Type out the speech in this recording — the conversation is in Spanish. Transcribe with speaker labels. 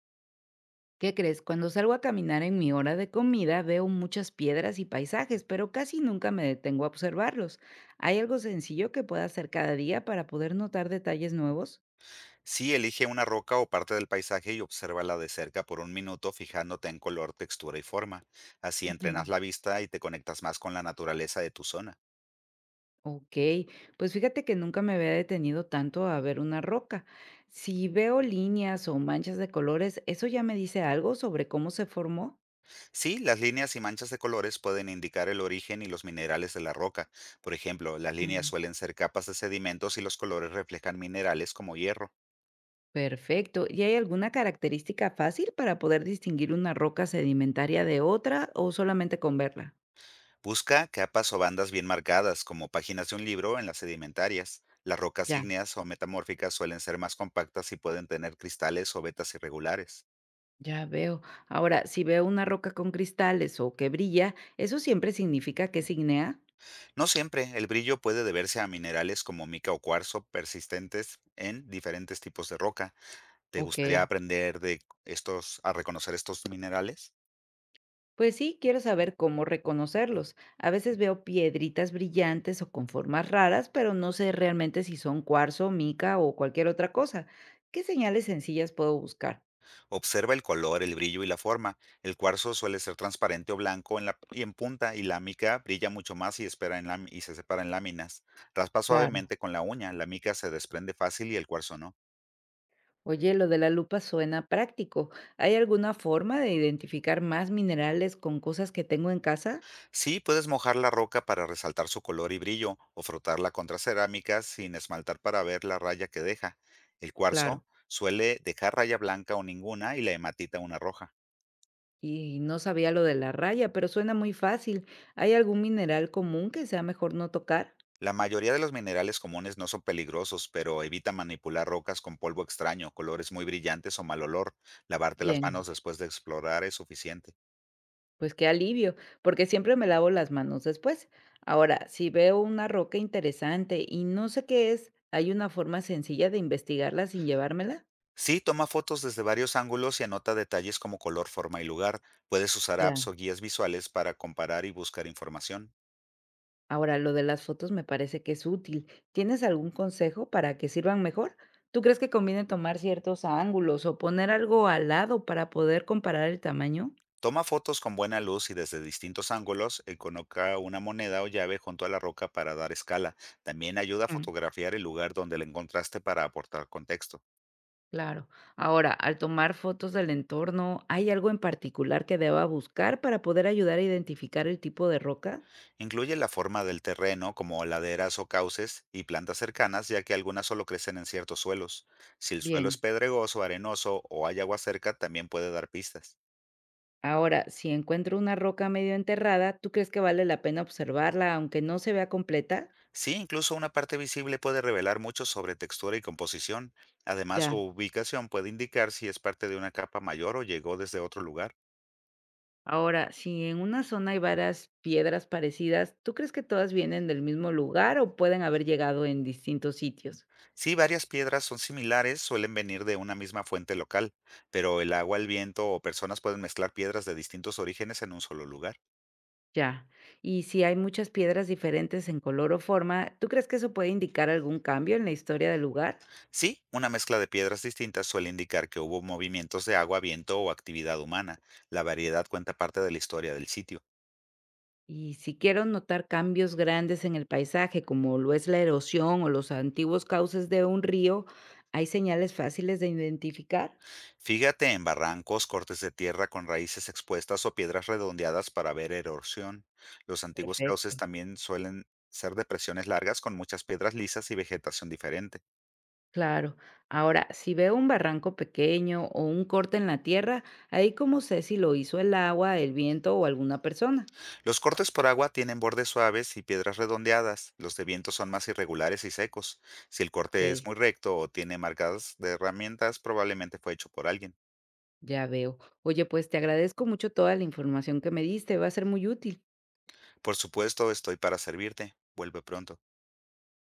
Speaker 1: ¿Qué crees? Cuando salgo a caminar en mi hora de comida veo muchas piedras y paisajes, pero casi nunca me detengo a observarlos. ¿Hay algo sencillo que pueda hacer cada día para poder notar detalles nuevos?
Speaker 2: Sí, elige una roca o parte del paisaje y obsérvala de cerca por un minuto fijándote en color, textura y forma. Así entrenas
Speaker 1: Ujú.
Speaker 2: la vista y te conectas más con la naturaleza de tu zona.
Speaker 1: Ok, pues fíjate que nunca me había detenido tanto a ver una roca. Si veo líneas o manchas de colores, ¿eso ya me dice algo sobre cómo se formó?
Speaker 2: Sí, las líneas y manchas de colores pueden indicar el origen y los minerales de la roca. Por ejemplo, las líneas
Speaker 1: Mm.
Speaker 2: suelen ser capas de sedimentos y los colores reflejan minerales como hierro.
Speaker 1: Perfecto. ¿Y hay alguna característica fácil para poder distinguir una roca sedimentaria de otra o solamente con verla?
Speaker 2: Busca capas o bandas bien marcadas, como páginas de un libro en las sedimentarias. Las rocas
Speaker 1: Ya.
Speaker 2: ígneas o metamórficas suelen ser más compactas y pueden tener cristales o vetas irregulares.
Speaker 1: Ya veo. Ahora, si veo una roca con cristales o que brilla, ¿eso siempre significa que es ignea?
Speaker 2: No siempre, el brillo puede deberse a minerales como mica o cuarzo persistentes en diferentes tipos de roca. ¿Te
Speaker 1: Ok,
Speaker 2: gustaría aprender de estos a reconocer estos minerales?
Speaker 1: pues sí, quiero saber cómo reconocerlos. A veces veo piedritas brillantes o con formas raras, pero no sé realmente si son cuarzo, mica o cualquier otra cosa. ¿Qué señales sencillas puedo buscar?
Speaker 2: Observa el color, el brillo y la forma. El cuarzo suele ser transparente o blanco en la y en punta y la mica brilla mucho más y, espera y se separa en láminas. Raspa
Speaker 1: Claro.
Speaker 2: suavemente con la uña, la mica se desprende fácil y el cuarzo no.
Speaker 1: Oye, lo de la lupa suena práctico. ¿Hay alguna forma de identificar más minerales con cosas que tengo en casa?
Speaker 2: Sí, puedes mojar la roca para resaltar su color y brillo, o frotarla contra cerámica sin esmaltar para ver la raya que deja. El cuarzo
Speaker 1: Claro.
Speaker 2: suele dejar raya blanca o ninguna y la hematita una roja.
Speaker 1: Y no sabía lo de la raya, pero suena muy fácil. ¿Hay algún mineral común que sea mejor no tocar?
Speaker 2: La mayoría de los minerales comunes no son peligrosos, pero evita manipular rocas con polvo extraño, colores muy brillantes o mal olor. Lavarte las
Speaker 1: Bien,
Speaker 2: manos después de explorar es suficiente.
Speaker 1: pues qué alivio, porque siempre me lavo las manos después. Ahora, si veo una roca interesante y no sé qué es, ¿hay una forma sencilla de investigarla sin llevármela?
Speaker 2: Sí, toma fotos desde varios ángulos y anota detalles como color, forma y lugar. Puedes usar apps
Speaker 1: Ya.
Speaker 2: o guías visuales para comparar y buscar información.
Speaker 1: Ahora, lo de las fotos me parece que es útil. ¿Tienes algún consejo para que sirvan mejor? ¿Tú crees que conviene tomar ciertos ángulos o poner algo al lado para poder comparar el tamaño?
Speaker 2: Toma fotos con buena luz y desde distintos ángulos, y coloca una moneda o llave junto a la roca para dar escala. También ayuda a fotografiar el lugar donde la encontraste para aportar contexto.
Speaker 1: Claro. Ahora, al tomar fotos del entorno, ¿hay algo en particular que deba buscar para poder ayudar a identificar el tipo de roca?
Speaker 2: Incluye la forma del terreno, como laderas o cauces, y plantas cercanas, ya que algunas solo crecen en ciertos suelos. Si el suelo es
Speaker 1: Bien.
Speaker 2: pedregoso, arenoso o hay agua cerca, también puede dar pistas.
Speaker 1: Ahora, si encuentro una roca medio enterrada, ¿tú crees que vale la pena observarla aunque no se vea completa?
Speaker 2: Sí, incluso una parte visible puede revelar mucho sobre textura y composición. Además, su
Speaker 1: Ya.
Speaker 2: ubicación puede indicar si es parte de una capa mayor o llegó desde otro lugar.
Speaker 1: Ahora, si en una zona hay varias piedras parecidas, ¿tú crees que todas vienen del mismo lugar o pueden haber llegado en distintos sitios?
Speaker 2: Sí, varias piedras son similares, suelen venir de una misma fuente local, pero el agua, el viento o personas pueden mezclar piedras de distintos orígenes en un solo lugar.
Speaker 1: Ya. Y si hay muchas piedras diferentes en color o forma, ¿tú crees que eso puede indicar algún cambio en la historia del lugar?
Speaker 2: Sí, una mezcla de piedras distintas suele indicar que hubo movimientos de agua, viento o actividad humana. La variedad cuenta parte de la historia del sitio.
Speaker 1: Y si quiero notar cambios grandes en el paisaje, como lo es la erosión o los antiguos cauces de un río, ¿hay señales fáciles de identificar?
Speaker 2: Fíjate en barrancos, cortes de tierra con raíces expuestas o piedras redondeadas para ver erosión. Los antiguos cauces
Speaker 1: Perfecto.
Speaker 2: también suelen ser depresiones largas con muchas piedras lisas y vegetación diferente.
Speaker 1: Claro. Ahora, si veo un barranco pequeño o un corte en la tierra, ahí cómo sé si lo hizo el agua, el viento o alguna persona.
Speaker 2: Los cortes por agua tienen bordes suaves y piedras redondeadas. Los de viento son más irregulares y secos. Si el
Speaker 1: Ok.
Speaker 2: corte es muy recto o tiene marcas de herramientas, probablemente fue hecho por alguien.
Speaker 1: Ya veo. Oye, pues te agradezco mucho toda la información que me diste, va a ser muy útil.
Speaker 2: Por supuesto, estoy para servirte. Vuelve pronto.